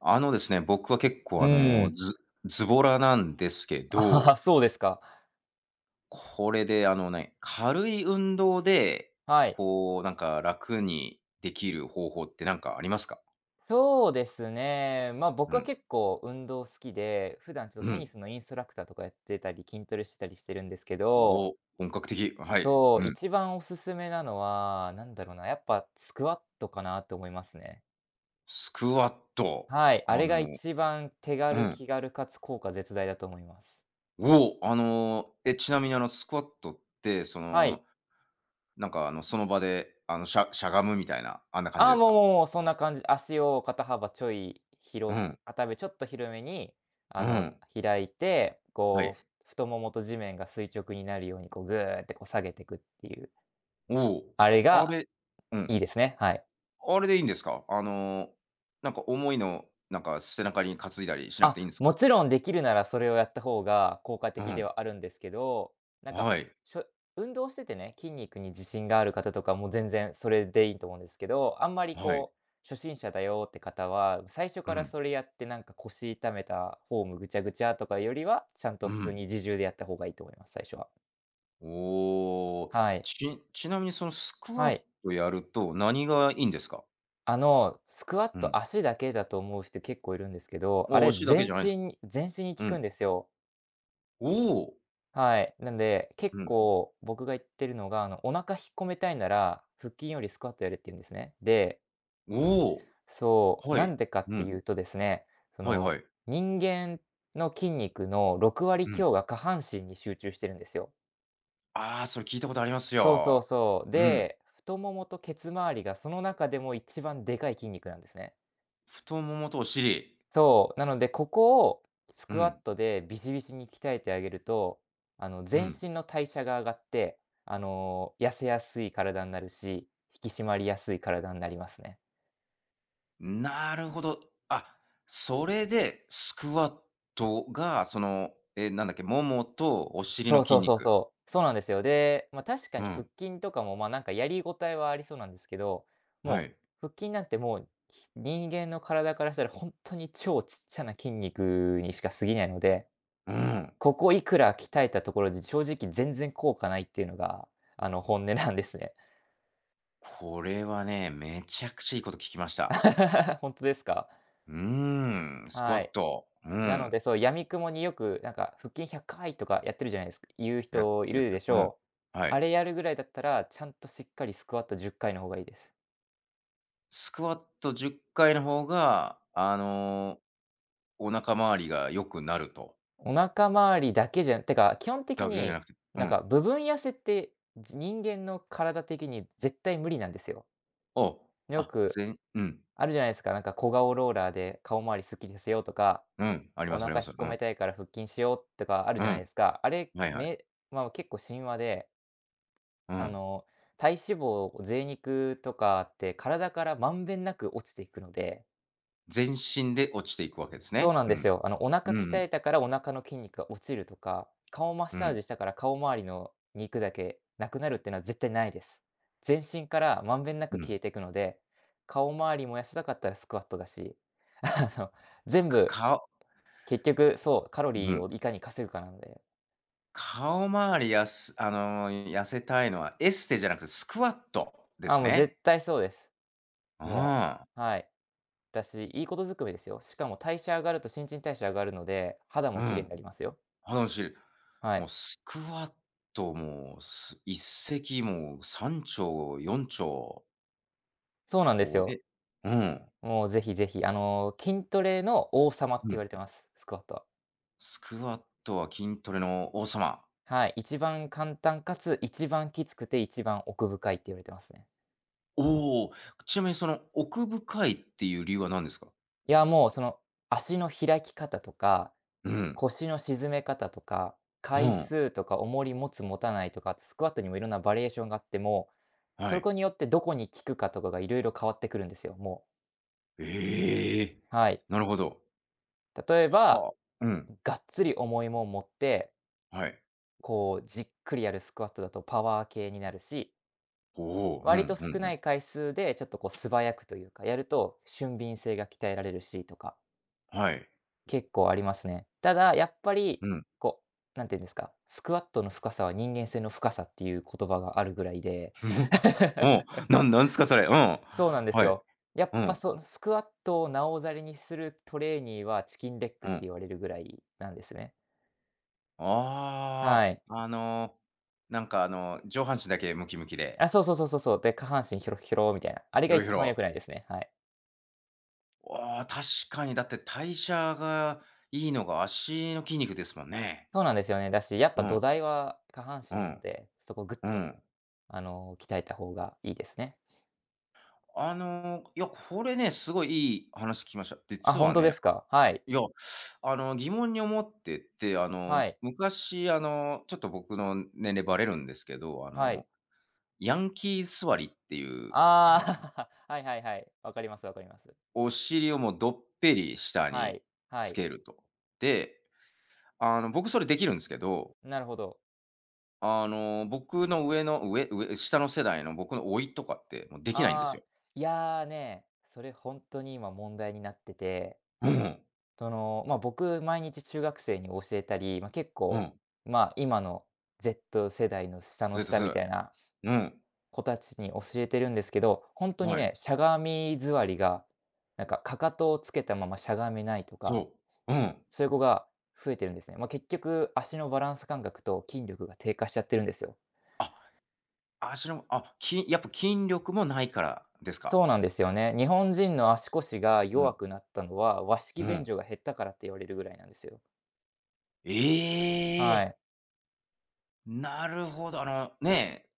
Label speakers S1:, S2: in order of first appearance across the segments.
S1: あのですね、僕は結構
S2: うん。
S1: ズボラなんですけ
S2: あ
S1: ど、
S2: あ、そうですか。
S1: これで軽い運動で、
S2: はい。
S1: こう、なんか楽にできる方法ってなんかありますか？
S2: そうですね。
S1: う
S2: 僕は
S1: ん。
S2: 結構運動好きで、普段ちょっと
S1: う
S2: テニ
S1: ん。
S2: スのインストラクターとかやってたり、筋トレしてたりしてるんですけ
S1: お
S2: ど、
S1: お、本格的。はい。
S2: そ
S1: う
S2: う、
S1: ん。
S2: 一番おすすめなのは、なんだろうな、やっぱスクワットかなと思いますね。
S1: スクワット。
S2: はい、
S1: あ
S2: あれが
S1: の
S2: 一番手
S1: う
S2: 軽、
S1: ん。
S2: 気軽かつ効果絶大だと思います。
S1: おお、ちなみにスクワットって、そ
S2: はい。
S1: の、その場で、しゃがむみたいな、あんな感じ
S2: あ
S1: で
S2: あ、
S1: す
S2: もう
S1: か？
S2: もうもう、そんな感じ。足を
S1: うん、
S2: 肩幅ちょっと広めに、
S1: う
S2: あの、
S1: ん。
S2: 開いて、
S1: は
S2: こ
S1: い。
S2: う、太ももと地面が垂直になるように、こう、ぐーってこう下げてくっていう、
S1: おお、
S2: あれ
S1: あ
S2: が
S1: れう
S2: いい
S1: ん。
S2: ですね。はい。
S1: あれでいいんですか？なんか重いの、なんか背中に担いだりしなくていいんですか？
S2: もちろんできるならそれをやった方が効果
S1: う
S2: 的で
S1: ん。
S2: はあるんですけど、なんか、
S1: はい。
S2: しょ運動しててね、筋肉に自信がある方とかも全然それでいいと思うんですけど、あんまり
S1: はい。
S2: こう、初心者だよって方は、最初
S1: う
S2: から
S1: ん。
S2: それやってなんか腰痛めたフォームぐちゃぐちゃとかよりは、ちゃんと
S1: う
S2: 普通
S1: ん。
S2: に自重でやった方がいいと思います、最初は。
S1: おお。
S2: はい。
S1: ちなみにそのスクワ
S2: は
S1: ッ
S2: い。
S1: トやると何がいいんですか？
S2: あの、スクワッ
S1: う
S2: ト
S1: ん。
S2: 足だけだと思う人結構いるんですけど、あ
S1: お
S2: れ
S1: だけ
S2: 全
S1: じゃないんですか？
S2: 身全身に効
S1: う
S2: くん
S1: ん。
S2: ですよ。
S1: おお。
S2: はい。なんで、結
S1: うん。
S2: 構僕が言ってるのが、あの、お腹引っ込めたいなら、腹筋よりスクワットやれって言うんですね。で、
S1: おお。
S2: そう、
S1: は
S2: な
S1: い。
S2: んでかっ
S1: う
S2: てい
S1: ん。
S2: うとですね、そ
S1: はいは
S2: の、
S1: い。
S2: 人間の筋肉の6割
S1: うん。
S2: 強が下半身に集中してるんですよ。
S1: ああ、それ聞いたことあります
S2: そうそう
S1: よ。
S2: そう。
S1: うん。
S2: で、太ももとケツ周りがその中でも一番でかい筋肉なんですね。
S1: 太ももとお尻。
S2: そう、なので、ここをス
S1: う
S2: クワッ
S1: ん。
S2: トでビシビシに鍛えてあげると、あの、
S1: う
S2: 全
S1: ん。
S2: 身の代謝が上がって、あの、痩せやすい体になるし、引き締まりやすい体になりますね。
S1: なるほど。あ、それでスクワットが、その、なんだっけ、ももとお尻の
S2: そう
S1: 筋
S2: そうそう
S1: 肉。
S2: そう。そうなんですよ。で、まあ、確か
S1: う
S2: に腹
S1: ん。
S2: 筋とかも、まあ、なんかやりごたえはありそうなんですけど、
S1: は
S2: も
S1: い。
S2: う腹筋なんてもう、人間の体からしたら本当に超ちっちゃな筋肉にしか過ぎないので、
S1: うん。
S2: ここいくら鍛えたところで、正直全然効果ないっていうのが、あの、本音なんですね。
S1: これはね、めちゃくちゃいいこと聞きました。
S2: 本当ですか？
S1: うーん、スクワ
S2: は
S1: ッ
S2: い。
S1: ト。う
S2: なの
S1: ん。
S2: で、そう、闇雲によく、なんか、腹筋100回とかやってるじゃないですか言う
S1: やっ
S2: 人
S1: て
S2: い
S1: やっ
S2: る
S1: て
S2: で
S1: る。
S2: し
S1: うん。
S2: ょう。
S1: は
S2: あ
S1: い。
S2: れやるぐらいだったら、ちゃんとしっかりスクワット10回の方がいいです。
S1: スクワット10回の方が、お腹周りが良くなると。
S2: お腹周りだけじゃてか、基本
S1: だ
S2: 的
S1: けじゃな
S2: に、
S1: くて、う
S2: なん
S1: ん。
S2: か、部分痩せって、人間の体的に絶対無理なんですよ。
S1: お、
S2: よ
S1: あ、
S2: く
S1: ぜんうん、
S2: あるじゃないですか、なんか、小顔ローラーで顔周りすっきりさせようとか
S1: うん、あり
S2: お
S1: ますあり
S2: 腹
S1: ま
S2: 引
S1: す。
S2: っ
S1: う
S2: 込
S1: ん、
S2: めたいから腹筋しようとかある
S1: う
S2: じゃないで
S1: ん、
S2: すか。あれ、
S1: はいはい。
S2: まあ、結構神話で、
S1: う
S2: あ
S1: ん。
S2: の、体脂肪、贅肉とかって体からまんべんなく落ちていくので、
S1: 全身で落ちていくわけです
S2: そう
S1: ね。
S2: なん
S1: う
S2: です
S1: ん。
S2: よ。あの、お腹
S1: うんう
S2: 鍛え
S1: ん。
S2: たからお腹の筋肉が落ちるとか、顔マッ
S1: う
S2: サー
S1: ん。
S2: ジしたから顔周りの肉だけなくなるっていうのは絶対ないです。全身からまんべんなく
S1: うん
S2: 消えていくので、顔周りも痩せたかったらスクワットだし、あの、全
S1: か
S2: 部
S1: 顔
S2: 結局そう、カロ
S1: う
S2: リー
S1: ん。
S2: をいかに稼ぐかなので。
S1: 顔周りやす痩せたいのはエステじゃなくてスクワットで
S2: あ、
S1: す
S2: もう
S1: ね。
S2: 絶対そうです。も
S1: ああ、
S2: う、はい。だし、いいことずくめですよ。しかも代謝上がると新陳代謝上がるので、肌
S1: う
S2: も綺麗に
S1: ん。
S2: なりますよ。
S1: 話しい
S2: は
S1: もう
S2: い。
S1: スクワットも、一石もう3鳥4鳥。よんちょう
S2: そうなんです
S1: こ
S2: よ。
S1: れ。うん。
S2: もうぜひぜひ、あの、筋トレの王様って
S1: う
S2: 言わ
S1: ん。
S2: れてます、スクワットは。
S1: スクワットは筋トレの王様。
S2: はい、一番簡単かつ一番きつくて一番奥深いって言われてますね。
S1: おお、ちなみにその奥深いっていう理由は何ですか？
S2: いや、もうその、足の開き方とか
S1: うん。
S2: 腰の沈め方とか、
S1: う
S2: 回
S1: ん。
S2: 数とか重り持つ持たないとか、あとスクワットにもいろんなバリエーションがあって、もう、
S1: は
S2: そ
S1: い。
S2: こによってどこに効くかとかがいろいろ変わってくるんですよ、もう。
S1: ええ、
S2: はい。
S1: なるほど。
S2: 例えば、
S1: はあ、うん、
S2: がっつり重いもん持って、
S1: はい。
S2: こうじっくりやるスクワットだとパワー系になるし、
S1: おお、う
S2: 割
S1: ん
S2: と
S1: うん
S2: 少
S1: う
S2: な
S1: ん。
S2: い回数でちょっとこう素早くというか、やると俊敏性が鍛えられるしとか。
S1: はい。
S2: 結構ありますね。ただ、やっぱり、
S1: うん。
S2: こう、なんていうんですか、スクワットの深さは人間性の深さっていう言葉があるぐらいで。
S1: うん、なんなんすかそれ。うん。は
S2: そうなんです
S1: い。
S2: よ。やっ
S1: う
S2: ぱ
S1: ん、
S2: そのスクワットをなおざりにするトレーニーはチキンレッグっ
S1: う
S2: て
S1: ん。
S2: 言われるぐらいなんですね。は
S1: あ
S2: い。
S1: あ、なんか上半身だけムキムキで、
S2: あ、そうそうそうそうそう。で、下半身ヒョロヒョロみたいな。あれ
S1: ひ
S2: が
S1: ょろひょ
S2: 一番良
S1: ろ。
S2: くないですね。はい。
S1: わあ、確かにだって代謝がいいのが足の筋肉ですもんね。
S2: そうなんですよね。だし、やっ
S1: う
S2: ぱ土
S1: ん、
S2: 台は下半
S1: う
S2: 身なの
S1: ん、
S2: で、そこをぐっ
S1: う
S2: と、
S1: ん。
S2: あの、鍛えた方がいいですね。
S1: いや、これね、すごいいい話聞きました。
S2: あ、
S1: 実
S2: 本
S1: は
S2: 当で
S1: ね、
S2: すか？はい。
S1: いや、疑問に思ってて、
S2: はい。
S1: 昔、ちょっと僕の年齢バレるんですけど、
S2: はい。
S1: ヤンキー座りっていう、あの、
S2: ああ、はいはいはい。わかりますわかります。
S1: お尻をもうどっぺり下
S2: は
S1: に
S2: い、は
S1: つ
S2: い。
S1: けると。で、僕それできるんですけど、
S2: なるほど。
S1: 僕の上下の世代の僕の甥いとかってもうできないんです
S2: あ
S1: よ。
S2: あ、いやーね、それ本当に今問題になってて、
S1: うん、
S2: その、ま、僕毎日中学生に教えたり、ま、結
S1: う
S2: 構、
S1: ん、
S2: ま、今の Z 世代の下の
S1: Z
S2: 下
S1: 世
S2: みた
S1: 代。
S2: いな
S1: うん、
S2: 子たちに教えてるんですけど、本当に
S1: はい、
S2: ね、しゃがみ座りが、なんか、かかとをつけたまましゃがめないとか、
S1: そう、うん。
S2: そういう子が増えてるんですね。ま、結局、足のバランス感覚と筋力が低下しちゃってるんですよ。
S1: あ、足のあ、きやっぱ筋力もないからですか？
S2: そうなんですよね。日本人の足腰が
S1: うん。
S2: 弱くなったのは、和
S1: う
S2: 式便
S1: ん。
S2: 所が減ったからって言われるぐらいなんですよ。
S1: え
S2: は
S1: え、
S2: い。
S1: なるほど。え、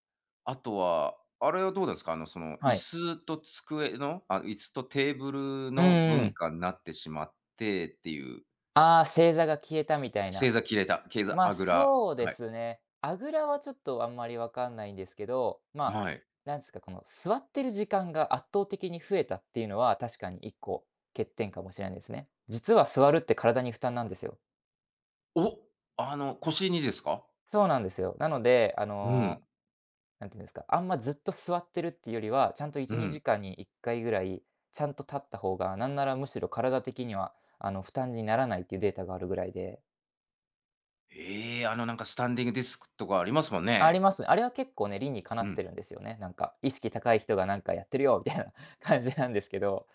S1: あとは、あれはどうですか？その、
S2: はい。
S1: 椅子とテーブル
S2: うん
S1: の
S2: う
S1: 文
S2: ん。
S1: 化になってしまってっていう、
S2: ああ、正座が消えたみたい
S1: 正
S2: な。
S1: 座切れたけいざ
S2: まあ、
S1: あぐら、
S2: そうで
S1: はい、
S2: すね。あぐらはちょっとあんまりわかんないんですけど、まあ、
S1: はい。
S2: なんですか、この座ってる時間が圧倒的に増えたっていうのは、確かに1個欠点かもしれないですね。実は座るって体に負担なんですよ。
S1: お、腰にですか？
S2: そうなんですよ。なので、
S1: うん、
S2: なんていうんですか、あんまずっと座ってるっていうよりは、ちゃんと
S1: う
S2: 1、
S1: ん。
S2: 2時間に1回ぐらい、ちゃんと立った方が、なんならむしろ体的には、あの、負担にならないっていうデータがあるぐらいで。
S1: ええ、なんかスタンディングディスクとかありますもん
S2: あり
S1: ね。
S2: ますね。あれは結構ね、理にかな
S1: う
S2: って
S1: ん。
S2: るんですよね。なんか、意識高い人がなんかやってるよみたいな 感じなんですけど。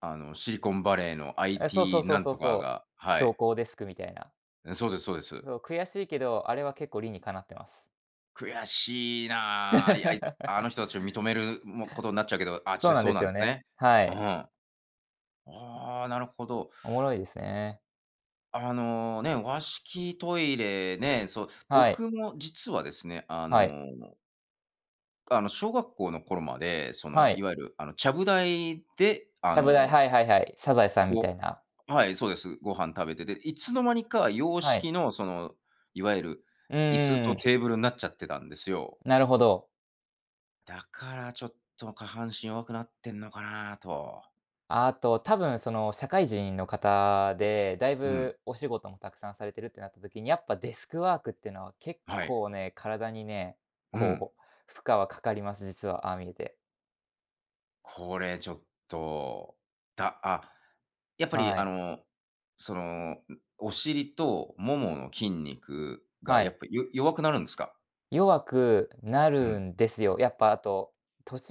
S1: シリコンバレーの
S2: え、そうそう
S1: IT
S2: そ
S1: な
S2: う
S1: ん
S2: そう
S1: とか
S2: そ
S1: が、
S2: う。
S1: は
S2: 昇
S1: い。
S2: 降デスクみたいな。
S1: そうですそうです。
S2: そう、悔しいけど、あれは結構理にかなってます。
S1: 悔しい な、あの人たちを認めるもことになっちゃうけど、あ、じ
S2: そ
S1: ゃ
S2: う
S1: あ、
S2: なん
S1: そ
S2: で
S1: うな
S2: す
S1: んで
S2: よ
S1: す
S2: ね。
S1: ね。
S2: は
S1: う
S2: い。
S1: ん。ああ、なるほど。
S2: おもろいですね。
S1: 和式トイレね、そう、
S2: はい、
S1: 僕も実はですね、
S2: はい、
S1: 小学校の頃まで、その、
S2: は
S1: い
S2: い。
S1: わゆる、ちゃぶ台で、
S2: ちゃぶ台、はいはいはい、サザエさんみた
S1: ご
S2: いな。
S1: はい、そうです。ご飯食べてて、いつの間にか洋
S2: はい。
S1: 式の、その、いわゆる
S2: うん
S1: 椅子
S2: うん
S1: と
S2: う
S1: テ
S2: ん。
S1: ーブルになっちゃってたんですよ。
S2: なるほど。
S1: だからちょっと下半身弱くなってんのかなと。
S2: あと、多分その社会人の方で、だい
S1: うん。
S2: ぶお仕事もたくさんされてるってなった時に、やっぱデスクワークってのは結
S1: はい。
S2: 構ね、体にね、
S1: うん。
S2: こう、負荷はかかります、実は、ああ見えて。
S1: これちょっと、だ、あ、やっぱり
S2: はい。
S1: その、お尻とももの筋肉が
S2: は
S1: やっ
S2: い。
S1: ぱよ弱くなるんですか？
S2: 弱くな
S1: うん、
S2: るんですよ。やっぱあと、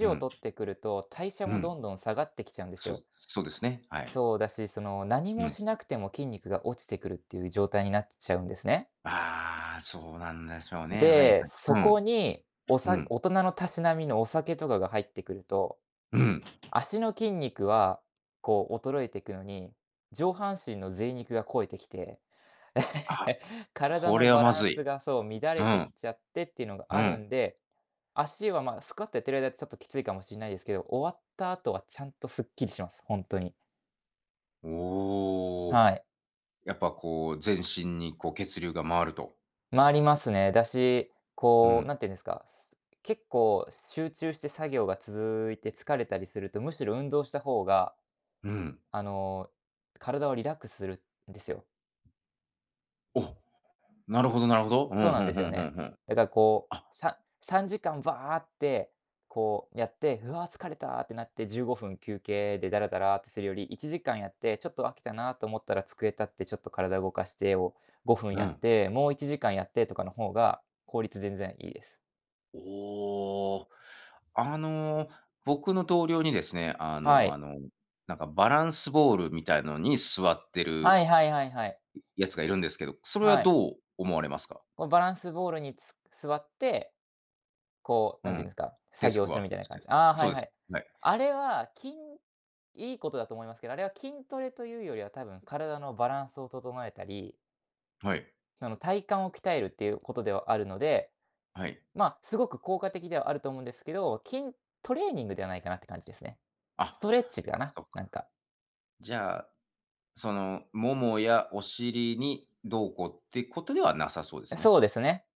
S1: う
S2: を
S1: ん、
S2: 取ってくると、代謝
S1: う
S2: も
S1: ん。
S2: どんどん下がってきちゃうんです
S1: そ
S2: よ。
S1: うそうですね、はい。
S2: そうだし、その何
S1: う
S2: も
S1: ん。
S2: しなくても筋肉が落ちてくるっていう状態になっちゃうんですね。
S1: ああ、そうなんでしょうね。はい
S2: で、
S1: はい。
S2: そ
S1: う
S2: こ
S1: ん、
S2: に、
S1: うん、
S2: 大人のたしなみのお酒とかが入ってくると、
S1: うん。
S2: 足の筋肉は、こう衰えてくのに、上半身の贅肉が肥えてきて、
S1: あ、
S2: 体
S1: こ
S2: の
S1: れは
S2: バ
S1: ま
S2: ラン
S1: ず
S2: ス
S1: い。
S2: がそう、乱
S1: う
S2: れてき
S1: ん、
S2: ちゃってっていうのが
S1: う
S2: ある
S1: ん。
S2: んで、足は、ま、スクワットやってる間ちょっときついかもしれないですけど、終わった後はちゃんとすっきりします、本当に。
S1: お
S2: は
S1: お。
S2: い。
S1: やっぱこう、全身にこう血流が回ると。
S2: 回ありますね。だし、
S1: う
S2: こう、
S1: ん、
S2: なんて言うんですか、結構集中して作業が続いて疲れたりすると、むしろ運動した方が、
S1: うん。
S2: あの、体をリラックスするんですよ。
S1: お、なるほどなるほど。う
S2: そう
S1: ん、
S2: な
S1: ふ
S2: ん
S1: ん
S2: です
S1: ふ
S2: よ
S1: んふ
S2: ね。
S1: んふん。
S2: だからこ
S1: あ、
S2: う、3時間バーって、こうやって、「うわ、疲れた」ってなって15分休憩でダラダラってするより、1時間やって、ちょっと飽きたなと思ったら机立ってちょっと体動かしてを5分
S1: う
S2: やっ
S1: ん。
S2: て、もう1時間やってとかの方が効率全然いいです。
S1: おお。あの、僕の同僚にですね、
S2: はい。
S1: なんかバランスボールみたいのに座って
S2: は
S1: る
S2: いはいはいはい。
S1: やつがいるんですけど、それは
S2: はい。
S1: どう思われますか？
S2: こうバランスボールに座って、こう、
S1: う
S2: なんていうん
S1: ん、
S2: ですか、
S1: デ
S2: 作
S1: ス
S2: 業
S1: ク
S2: す
S1: ワ
S2: る
S1: ー
S2: みた
S1: ク
S2: いな
S1: し
S2: 感
S1: て。
S2: じ。ああ、は
S1: そう
S2: い
S1: で
S2: は
S1: す。
S2: い。
S1: はい。
S2: あれは、いいことだと思いますけど、あれは筋トレというよりは多分体のバランスを整えたり、
S1: はい。
S2: その体幹を鍛えるっていうことではあるので、
S1: はい。
S2: まあ、すごく効果的ではあると思うんですけど、筋トレーニングではないかなって感じですね。
S1: あ、
S2: ストレッチかな、
S1: そっ
S2: なん
S1: か。
S2: か。
S1: じゃあ、その、ももやお尻にどうこうってことではなさそうですね。
S2: そうですね。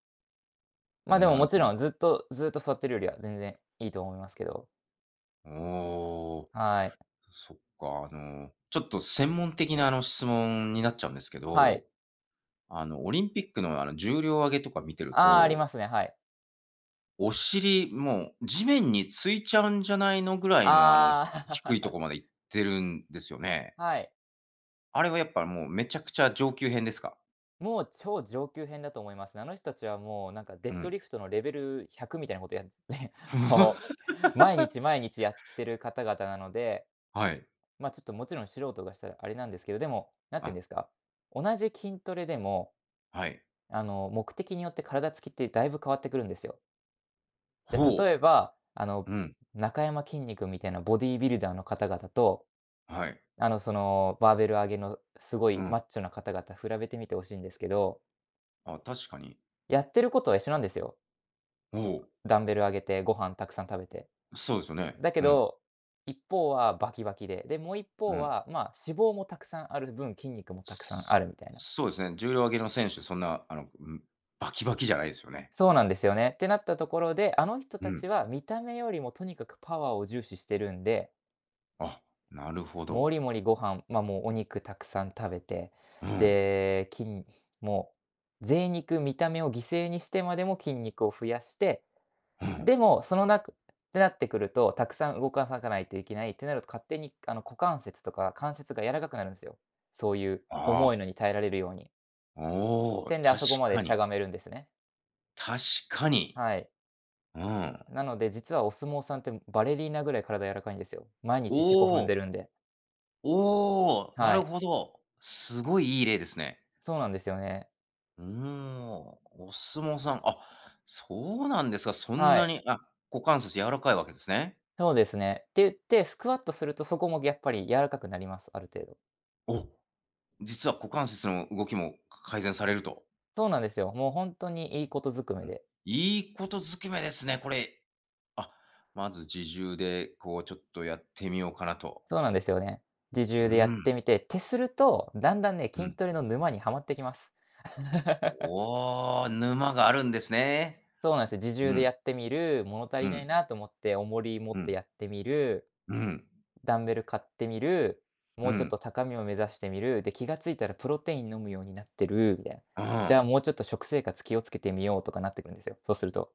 S2: まあ、でも
S1: なる
S2: もち
S1: ほど。
S2: ろんずっと座ってるよりは全然いいと思いますけど。
S1: おお、
S2: はい。
S1: そっか、ちょっと専門的な質問になっちゃうんですけ
S2: は
S1: ど、
S2: い。
S1: オリンピックの重量挙げとか見てる
S2: ああ、あり
S1: と、
S2: ますね、はい。
S1: お尻、もう地面についちゃうんじゃないのぐらいの
S2: あ
S1: 低いと
S2: あ、
S1: こまで行ってるんですよ ね。
S2: はい。
S1: あれはやっぱもうめちゃくちゃ上級編ですか？
S2: もう超上級編だと思いますね。あの人たちはもうなんかデ
S1: う
S2: ッド
S1: ん。
S2: リフトのレベル100みたいなことやって、も う毎日毎日やってる方々なので、
S1: はい。
S2: ま、ちょっともちろん素人がしたらあれなんですけど、でも、なんて言
S1: あ、
S2: うんですか、同じ筋トレでも、
S1: はい。
S2: 目的によって体つきってだいぶ変わってくるんですよ。じゃあ、
S1: ほ
S2: 例えば、
S1: う。うん、
S2: 中山筋肉みたいなボディービルダーの方々と
S1: はい。
S2: バーベル上げのすご
S1: う
S2: い
S1: ん。
S2: マッチョな方々比べてみてほしいんですけど、
S1: あ、確かに。
S2: やってることは一緒なんですよ。
S1: ほ
S2: ダンベル上げて、ご飯たくさん食べて。
S1: う、そうですよね。
S2: だけ
S1: うん、
S2: ど、一方はバキバキで、で、もう一
S1: う
S2: 方
S1: ん。
S2: は、まあ、脂肪もたくさんある分、筋肉もたくさんあ
S1: す
S2: るみたいな。
S1: そうですね、重量挙げの選手、そんな、うん、バキバキじゃないですよね。
S2: そうなんですよね。ってなったところで、あの人
S1: う
S2: た
S1: ん。
S2: ちは見た目よりもとにかくパワーを重視してるんで、
S1: あ、なるほ
S2: も
S1: ど。
S2: りもりご飯、ま、あもうお肉たくさん食べて、
S1: うん、
S2: で、筋もう、贅肉、見た目を犠牲にしてまでも筋肉を増やして、
S1: うん。
S2: でも、そのなくってなってくると、たくさん動かさかないといけないってなると、勝手に股関節とか関節が柔らかくなるんですよ。そういう
S1: あ
S2: 重い
S1: あ、
S2: のに耐えられるように。
S1: おお、
S2: てんで、あ
S1: 確
S2: そこまで
S1: か
S2: しゃ
S1: に。
S2: がめるんですね。
S1: 確かに。
S2: はい。
S1: うん。
S2: なので、実はお相撲さんってバレリーナぐらい体柔らかいんですよ。毎
S1: お
S2: 日四股踏んで
S1: お、
S2: るんで。
S1: おお、な
S2: は
S1: る
S2: い。
S1: ほど。すごいいい例ですね。
S2: そうなんですよね。
S1: うーん、お相撲さん、あ、そうなんですか、そん
S2: は
S1: な
S2: い。
S1: に、あ、股関節柔らかいわけですね。
S2: そうですね。って言って、スクワットするとそこもやっぱり柔らかくなります、ある程度。
S1: お、実は股関節の動きも改善されると。
S2: そうなんですよ。もうほんとにいいことずく
S1: う
S2: め
S1: ん。
S2: で。
S1: いいことずきめですね、これ。あ、まず自重で、こう、ちょっとやってみようかなと。
S2: そうなんですよね。自
S1: う
S2: 重でやっ
S1: ん、
S2: てみて、ってすると、だんだんね、
S1: う
S2: 筋
S1: ん。
S2: トレの沼にはまってきます。
S1: おお、沼があるんですね。
S2: そうなんですよ。自
S1: う
S2: 重でや
S1: ん、
S2: ってみる、物足
S1: う
S2: りない
S1: ん、
S2: なと思って重り持
S1: う
S2: って
S1: ん、
S2: やってみる、
S1: うん、
S2: ダンベル買ってみる、も
S1: う
S2: うちょっと
S1: ん、
S2: 高みを目指してみる、で、気がついたらプロテイン飲むようになってるみたいな。
S1: う
S2: じゃ
S1: ん。
S2: あもうちょっと食生活気をつけてみようとかなってくるんですよ、そうすると。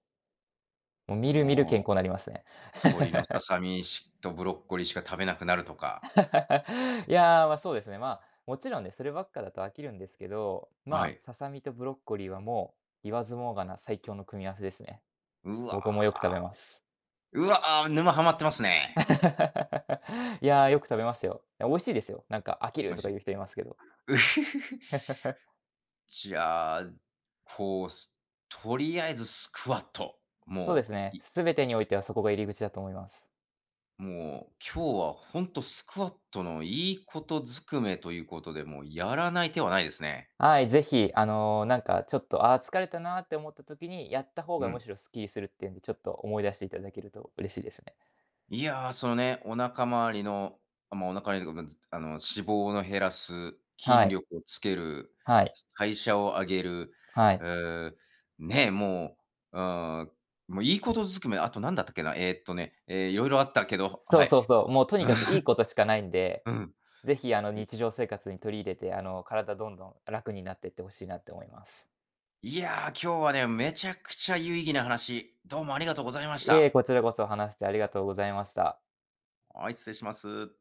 S2: もうみるみる健
S1: も
S2: 康
S1: う、
S2: になりますね。
S1: 鶏のささみとブロッコリーしか食べなくなるとか。
S2: いやー、ま、あそうですね、まあ、もちろんね、そればっかだと飽きるんですけど、ま
S1: は
S2: あ、
S1: い。
S2: ささみとブロッコリーはもう、言わずもがな最強の組み合わせですね。
S1: うわ
S2: 僕もよく食べます。
S1: うわー、沼ハマってますね。
S2: いやー、よく食べますよ。美味しいですよ。なんか飽きる
S1: マ
S2: とか
S1: ジ。
S2: 言う人いますけど。
S1: うふふじゃあ、こう、とりあえずスクワット。
S2: そうで
S1: も
S2: す
S1: う、
S2: ね、
S1: い
S2: すべてにおいてはそこが入り口だと思います。
S1: もう、今日はほんとスクワットのいいことずくめということで、もうやらない手はないですね。
S2: はい、ぜひ、なんかちょっと、あー疲れたなーって思った時に、やった方
S1: う
S2: がむ
S1: ん。
S2: しろスッキリするっていうんで、ちょっと思い出していただけると嬉しいですね。
S1: いや、そのね、お腹周りとか、まず、脂肪の減らす、筋
S2: はい、
S1: 力をつける、
S2: はい。
S1: 代謝を上げる、
S2: は
S1: う
S2: い。
S1: ーね、もう、うーん、もういいことずくめ、あと何だったっけな、色々あったけど、
S2: そ
S1: は
S2: う
S1: い。
S2: そうそう。もうとにかくいい ことしかないんで、
S1: うん。
S2: ぜひあの
S1: い
S2: 日常生活に取り入れて、あの体どんどん楽になっていってほしいなって思います。
S1: いや、今日はね、めちゃくちゃ有意義な話、どうもありがとうございまし
S2: いえ、
S1: た。
S2: こちらこそ話してありがとうございました。
S1: はい、失礼します。